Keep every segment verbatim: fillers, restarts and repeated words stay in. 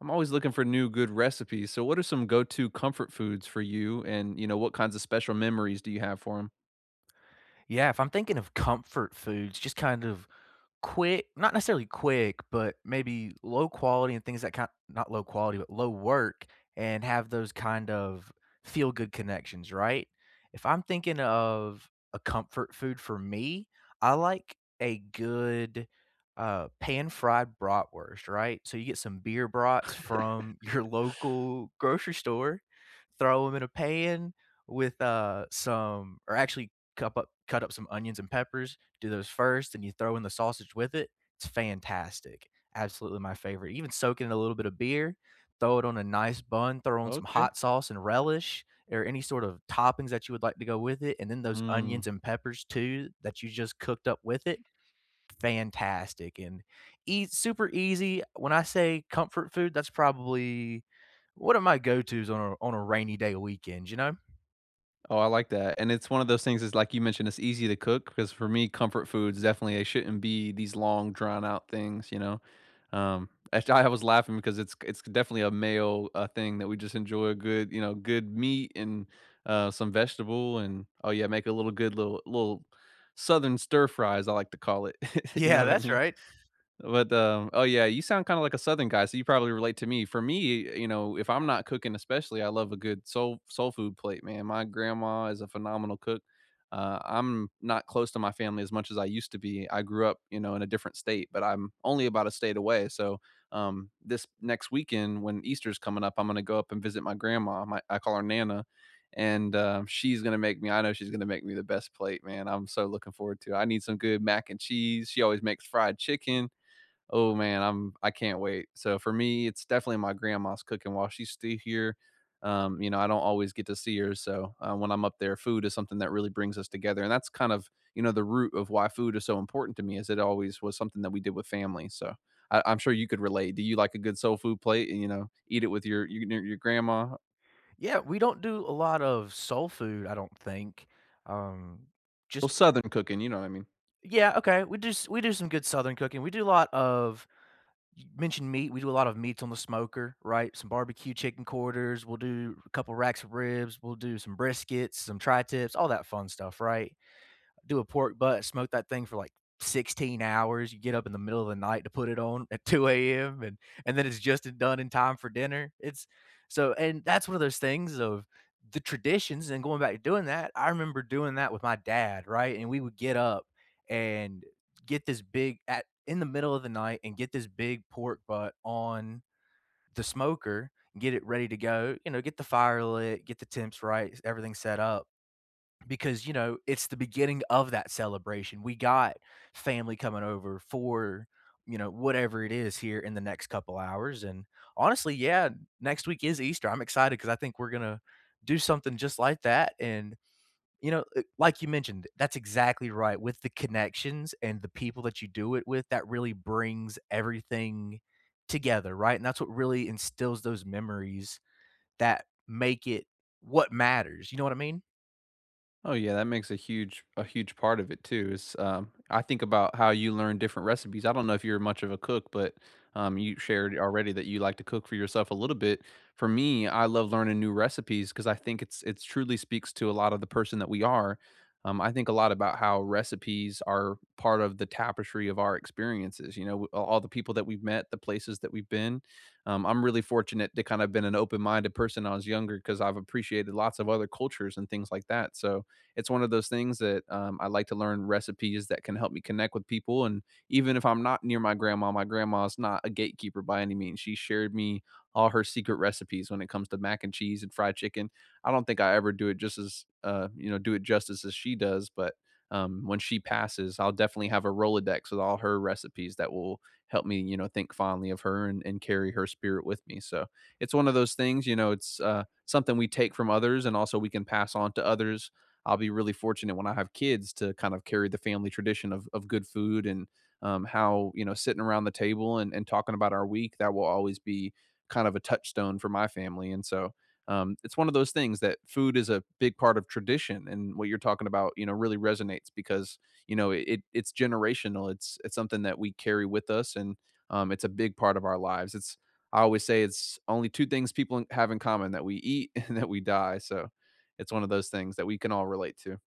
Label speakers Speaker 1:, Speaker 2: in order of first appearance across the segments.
Speaker 1: I'm always looking for new good recipes. So what are some go-to comfort foods for you and, you know, what kinds of special memories do you have for them?
Speaker 2: Yeah, if I'm thinking of comfort foods, just kind of quick, not necessarily quick, but maybe low quality and things that kind not low quality, but low work and have those kind of feel good connections, right? If I'm thinking of a comfort food for me, I like a good uh, pan fried bratwurst, right? So you get some beer brats from your local grocery store, throw them in a pan with uh, some, or actually cup up cut up some onions and peppers, do those first, and you throw in the sausage with it. It's fantastic. Absolutely my favorite. Even soak it in a little bit of beer, throw it on a nice bun, throw on some
Speaker 1: Okay.
Speaker 2: hot sauce and relish or any sort of toppings that you would like to go with it, and then those onions
Speaker 1: Mm.
Speaker 2: and peppers too that you just cooked up with it. Fantastic and eat super easy. When I say comfort food, that's probably one of my go-tos on a on a rainy day weekend, you know?
Speaker 1: Oh, I like that, and it's one of those things is like you mentioned, it's easy to cook because for me, comfort foods definitely they shouldn't be these long, drawn out things, you know? Um, actually, I was laughing because it's it's definitely a male, uh, thing that we just enjoy a good, you know, good meat and, uh, some vegetable and oh yeah, make a little good little little southern stir fries, I like to call it. You know
Speaker 2: Yeah,
Speaker 1: what I
Speaker 2: that's
Speaker 1: mean?
Speaker 2: right.
Speaker 1: But, um oh, yeah, you sound kinda like a Southern guy, so you probably relate to me. For me, you know, if I'm not cooking especially, I love a good soul soul food plate, man. My grandma is a phenomenal cook. Uh, I'm not close to my family as much as I used to be. I grew up, you know, in a different state, but I'm only about a state away, so, um, this next weekend when Easter's coming up, I'm gonna go up and visit my grandma, my I call her Nana, and, um, she's gonna make me I know she's gonna make me the best plate, man. I'm so looking forward to it. I need some good mac and cheese. She always makes fried chicken. Oh man, I'm I can't wait. So for me, it's definitely my grandma's cooking while she's still here. Um, you know, I don't always get to see her, so uh, when I'm up there, food is something that really brings us together, and that's kind of, you know, the root of why food is so important to me, is it always was something that we did with family. So I, I'm sure you could relate. Do you like a good soul food plate and you know eat it with your your, your grandma?
Speaker 2: Yeah, we don't do a lot of soul food, I don't think. Um,
Speaker 1: Well,
Speaker 2: just
Speaker 1: Southern cooking, you know what I mean.
Speaker 2: yeah, okay. We do s we do some good Southern cooking. We do a lot of you mentioned meat, we do a lot of meats on the smoker, right? Some barbecue chicken quarters, we'll do a couple racks of ribs, we'll do some briskets, some tri-tips, all that fun stuff, right? Do a pork butt, smoke that thing for like sixteen hours. You get up in the middle of the night to put it on at two a m and and then it's just done in time for dinner. It's so and that's one of those things of the traditions and going back to doing that. I remember doing that with my dad, right? And we would get up and get this big at in the middle of the night and get this big pork butt on the smoker, get it ready to go, you know, get the fire lit, get the temps right, everything set up because you know it's the beginning of that celebration. We got family coming over for you know whatever it is here in the next couple hours, and honestly, yeah, next week is Easter. I'm excited because I think we're gonna do something just like that. And you know, uh, like you mentioned, that's exactly right. With the connections and the people that you do it with, that really brings everything together, right? And that's what really instills those memories that make it what matters. You know what I mean?
Speaker 1: Oh yeah, that makes a huge a huge part of it too. Is um, I think about how you learn different recipes. I don't know if you're much of a cook, but um, you shared already that you like to cook for yourself a little bit. For me, I love learning new recipes because I think it's it's truly speaks to a lot of the person that we are. Um, I think a lot about how recipes are part of the tapestry of our experiences. You know, w- all the people that we've met, the places that we've been. Um, I'm really fortunate to kind of been an open minded person when I was younger because I've appreciated lots of other cultures and things like that. So it's one of those things that um, I like to learn recipes that can help me connect with people. And even if I'm not near my grandma, my grandma's not a gatekeeper by any means. She shared me all her secret recipes when it comes to mac and cheese and fried chicken. I don't think I ever do it just as uh, you know do it justice as she does, but um, when she passes, I'll definitely have a Rolodex with all her recipes that will help me, you know, think fondly of her and, and carry her spirit with me. So it's one of those things, you know, it's uh, something we take from others and also we can pass on to others. I'll be really fortunate when I have kids to kind of carry the family tradition of of good food and um, how you know sitting around the table and and talking about our week that will always be kind of a touchstone for my family. And so um, it's one of those things that food is a big part of tradition, and what you're talking about, you know, really resonates because you know it, it it's generational. It's it's something that we carry with us, and um, it's a big part of our lives. It's I always say it's only two things people have in common, that we eat and that we die. So it's one of those things that we can all relate to.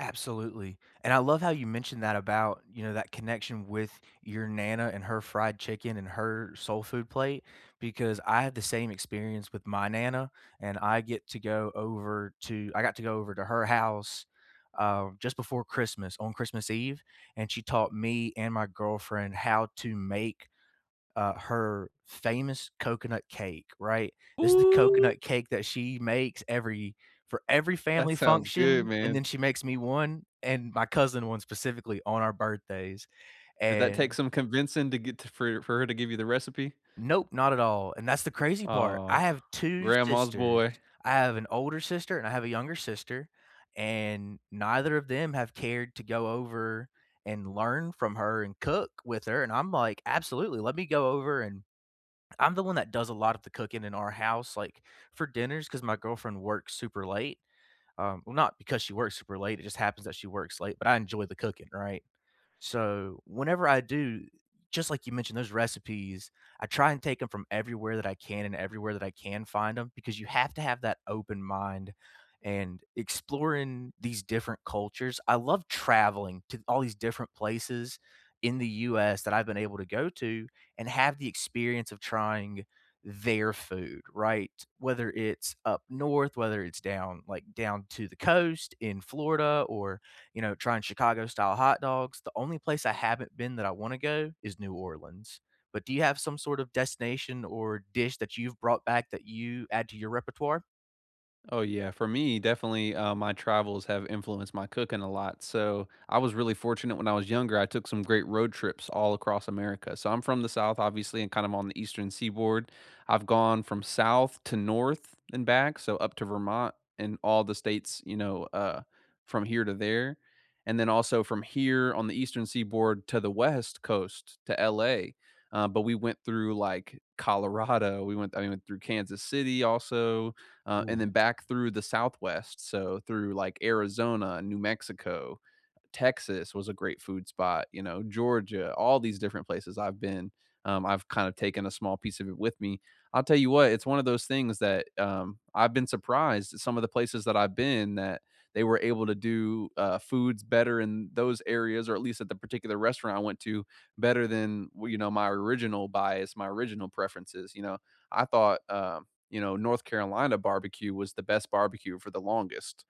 Speaker 2: Absolutely, and I love how you mentioned that about, you know, that connection with your nana and her fried chicken and her soul food plate, because I had the same experience with my nana, and I get to go over to I got to go over to her house, um, just before Christmas, on Christmas Eve, and she taught me and my girlfriend how to make uh, her famous coconut cake, right? This is the
Speaker 1: Ooh.
Speaker 2: coconut cake that she makes every for every
Speaker 1: That
Speaker 2: family
Speaker 1: sounds good,
Speaker 2: function, and
Speaker 1: man.
Speaker 2: then she makes me one and my cousin one specifically on our birthdays,
Speaker 1: Did that take
Speaker 2: and
Speaker 1: some convincing to get to, for for her to give you the recipe?
Speaker 2: nope, not at all, and that's the crazy part. I
Speaker 1: Oh,
Speaker 2: have two
Speaker 1: grandma's
Speaker 2: sisters.
Speaker 1: boy.
Speaker 2: I have an older sister and I have a younger sister, and neither of them have cared to go over and learn from her and cook with her, and I'm like, "Absolutely, let me go over and I'm the one that does a lot of the cooking in our house, like, for dinners, because my girlfriend works super late, um, well, not because she works super late, it just happens that she works late, but I enjoy the cooking, right? So whenever I do, just like you mentioned, those recipes, I try and take them from everywhere that I can and everywhere that I can find them because you have to have that open mind and exploring these different cultures. I love traveling to all these different places in the U S that I've been able to go to and have the experience of trying their food, right? Whether it's up north, whether it's down like down to the coast in Florida or, you know, trying Chicago style hot dogs. The only place I haven't been that I want to go is New Orleans. But do you have some sort of destination or dish that you've brought back that you add to your repertoire?
Speaker 1: Oh yeah, for me, definitely, uh, my travels have influenced my cooking a lot. So I was really fortunate when I was younger. I took some great road trips all across America. So I'm from the South, obviously, and kind of on the eastern seaboard. I've gone from south to north and back, so up to Vermont and all the states, you know, uh, from here to there. And then also from here on the eastern seaboard to the west coast to L A. Uh, but we went through like Colorado. We went, I mean, went through Kansas City also, uh, and then
Speaker 2: Ooh,
Speaker 1: back through the Southwest, so through like Arizona, New Mexico, Texas was a great food spot, you know, Georgia, all these different places I've been. Um, I've kind of taken a small piece of it with me. I'll tell you what, it's one of those things that um, I've been surprised at some of the places that I've been that they were able to do uh, foods better in those areas, or at least at the particular restaurant I went to, better than, well, you know, my original bias, my original preferences. You know, I thought um, you know, North Carolina barbecue was the best barbecue for the longest.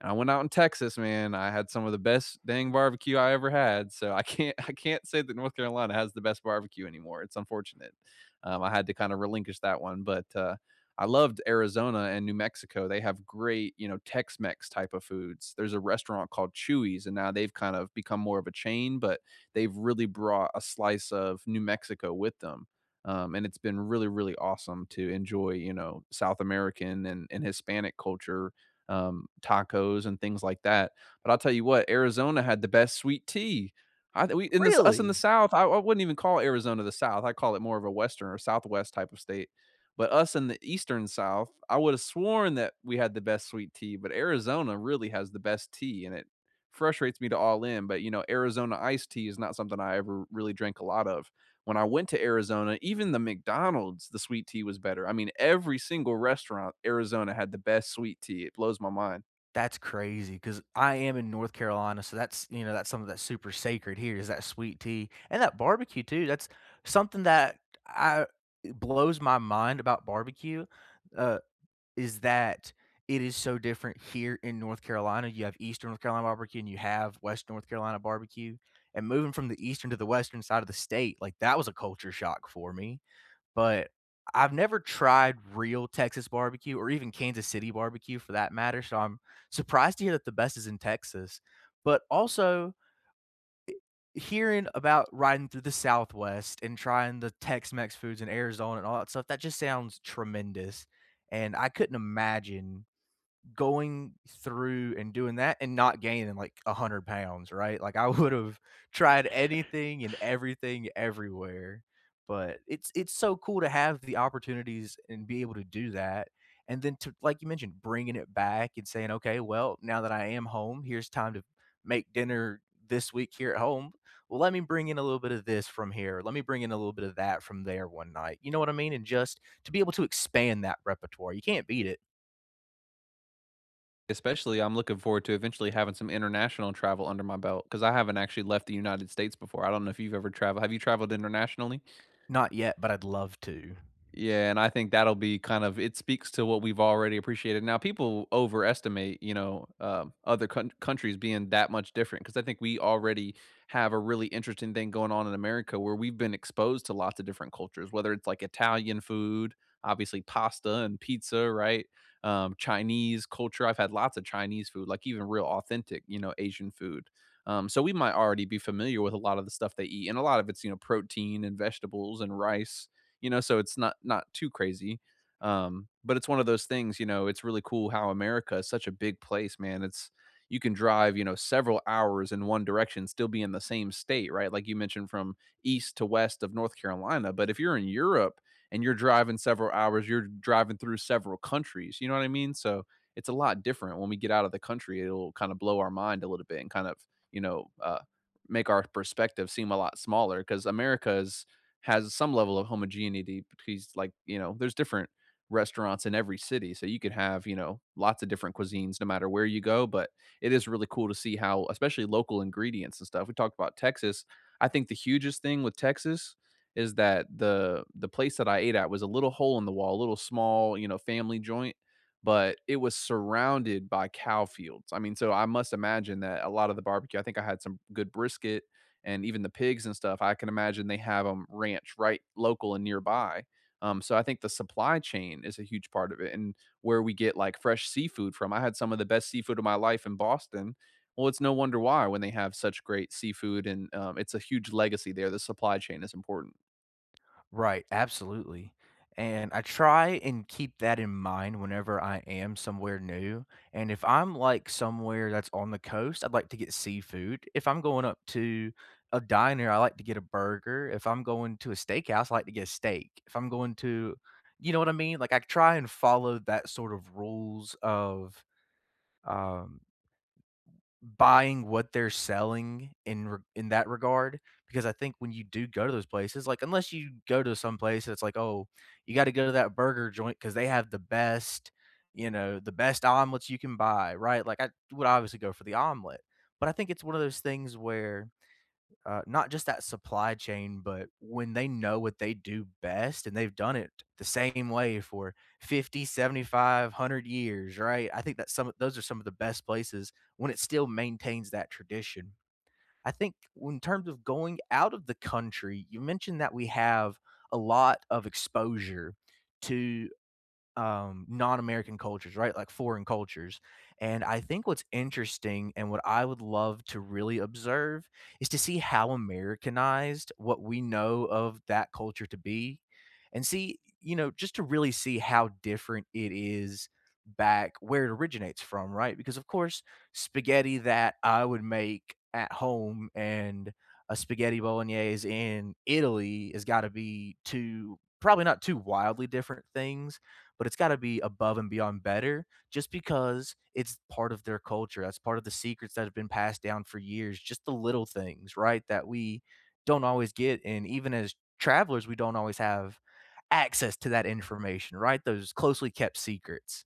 Speaker 1: And I went out in Texas, man. I had some of the best dang barbecue I ever had. So I can't I can't say that North Carolina has the best barbecue anymore. It's unfortunate. Um, I had to kind of relinquish that one, but uh, I loved Arizona and New Mexico. They have great, you know, Tex-Mex type of foods. There's a restaurant called Chewy's, and now they've kind of become more of a chain, but they've really brought a slice of New Mexico with them. Um, and it's been really, really awesome to enjoy, you know, South American and, and Hispanic culture, um, tacos and things like that. But I'll tell you what, Arizona had the best sweet tea. I, we in this us in the
Speaker 2: really?
Speaker 1: South, I, I wouldn't even call Arizona the South. I call it more of a Western or Southwest type of state. But us in the Eastern South, I would have sworn that we had the best sweet tea. But Arizona really has the best tea, and it frustrates me to all in. But you know, Arizona iced tea is not something I ever really drink a lot of when I went to Arizona, even the McDonald's, the sweet tea was better. I mean, every single restaurant in Arizona had the best sweet tea. It blows my mind.
Speaker 2: That's crazy, cause I am in North Carolina, so that's you know, that's something that's super sacred here is that sweet tea and that barbecue too. That's something that I it blows my mind about barbecue, uh, is that it is so different here in North Carolina. You have Eastern North Carolina barbecue and you have West North Carolina barbecue, and moving from the Eastern to the Western side of the state, like, that was a culture shock for me. But I've never tried real Texas barbecue or even Kansas City barbecue for that matter, so I'm surprised to hear that the best is in Texas. But also hearing about riding through the Southwest and trying the Tex-Mex foods in Arizona and all that stuff, that just sounds tremendous, and I couldn't imagine going through and doing that and not gaining like one hundred pounds, right? Like I would have tried anything and everything everywhere. But it's it's so cool to have the opportunities and be able to do that. And then to like you mentioned, bringing it back and saying, "Okay, well, now that I am home, here's time to make dinner this week here at home. Well, let me bring in a little bit of this from here. Let me bring in a little bit of that from there one night." You know what I mean? And just to be able to expand that repertoire. You can't beat it.
Speaker 1: Especially, I'm looking forward to eventually having some international travel under my belt because I haven't actually left the United States before. I don't know if you've ever traveled. Have you traveled internationally?
Speaker 2: Not yet, but I'd love to.
Speaker 1: Yeah, and I think that'll be kind of it speaks to what we've already appreciated. Now people overestimate, you know, um, other coun countries being that much different because I think we already have a really interesting thing going on in America where we've been exposed to lots of different cultures, whether it's like Italian food, obviously pasta and pizza, right? Um, Chinese culture. I've had lots of Chinese food, like even real authentic, you know, Asian food. Um, so we might already be familiar with a lot of the stuff they eat, and a lot of it's, you know, protein and vegetables and rice, you know, so it's not not too crazy, um but it's one of those things, you know, it's really cool how America is such a big place, man. It's you can drive, you know, several hours in one direction, still be in the same state, right, like you mentioned from east to west of North Carolina. But if you're in Europe and you're driving several hours, you're driving through several countries, you know what I mean? So it's a lot different when we get out of the country. It'll kind of blow our mind a little bit and kind of, you know, uh, make our perspective seem a lot smaller because America is has some level of homogeneity because, like, you know, there's different restaurants in every city. So you could have, you know, lots of different cuisines no matter where you go. But it is really cool to see how, especially local ingredients and stuff. We talked about Texas. I think the hugest thing with Texas is that the the place that I ate at was a little hole in the wall, a little small, you know, family joint, but it was surrounded by cow fields. I mean, so I must imagine that a lot of the barbecue, I think I had some good brisket, and even the pigs and stuff, I can imagine they have them ranch right local and nearby. Um, so I think the supply chain is a huge part of it, and where we get like fresh seafood from. I had some of the best seafood of my life in Boston. Well, it's no wonder why when they have such great seafood, and um, it's a huge legacy there. The supply chain is important.
Speaker 2: Right, absolutely, and I try and keep that in mind whenever I am somewhere new, and if I'm, like, somewhere that's on the coast, I'd like to get seafood. If I'm going up to a diner, I like to get a burger. If I'm going to a steakhouse, I like to get a steak. If I'm going to you know what I mean? Like, I try and follow that sort of rules of, um buying what they're selling in re in that regard, because I think when you do go to those places, like, unless you go to some place that's like, "Oh, you gotta go to that burger joint because they have the best, you know, the best omelets you can buy," right? Like, I would obviously go for the omelet, but I think it's one of those things where uh, not just that supply chain, but when they know what they do best and they've done it the same way for fifty, one hundred years, right? I think that some of those are some of the best places when it still maintains that tradition. I think in terms of going out of the country, you mentioned that we have a lot of exposure to um, non-American cultures, right? Like foreign cultures. And I think what's interesting and what I would love to really observe is to see how Americanized what we know of that culture to be and see, you know, just to really see how different it is back where it originates from, right? Because of course, spaghetti that I would make at home and a spaghetti bolognese in Italy has got to be two probably not two wildly different things, but it's got to be above and beyond better just because it's part of their culture. That's part of the secrets that have been passed down for years, just the little things, right? That we don't always get. And even as travelers, we don't always have access to that information, right? Those closely kept secrets.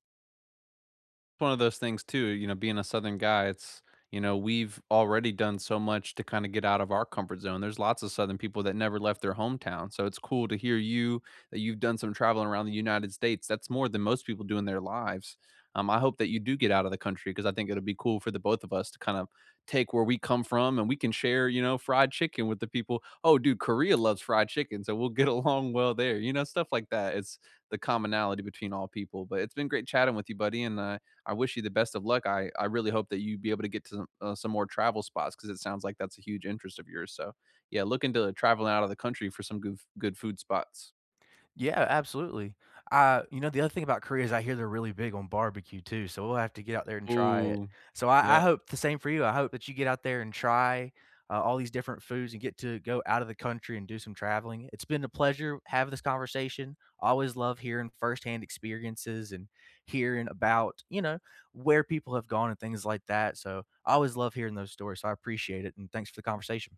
Speaker 1: One of those things too, you know, being a southern guy, it's you know, we've already done so much to kind of get out of our comfort zone. There's lots of southern people that never left their hometown. So it's cool to hear you that you've done some traveling around the United States. That's more than most people do in their lives. Um, I hope that you do get out of the country because I think it'll be cool for the both of us to kind of take where we come from and we can share, you know, fried chicken with the people. Oh, dude, Korea loves fried chicken, so we'll get along well there. You know, stuff like that. It's the commonality between all people. But it's been great chatting with you, buddy, and uh, I wish you the best of luck. I, I really hope that you be able to get to some, uh, some more travel spots because it sounds like that's a huge interest of yours. So, yeah, look into traveling out of the country for some good, good food spots.
Speaker 2: Yeah, absolutely. Uh, you know, the other thing about Korea is I hear they're really big on barbecue too, so we'll have to get out there and try it.
Speaker 1: Ooh,
Speaker 2: So I, I
Speaker 1: yeah.
Speaker 2: hope the same for you. I hope that you get out there and try uh, all these different foods and get to go out of the country and do some traveling. It's been a pleasure having this conversation. I always love hearing firsthand experiences and hearing about, you know, where people have gone and things like that. So I always love hearing those stories. So I appreciate it. And thanks for the conversation.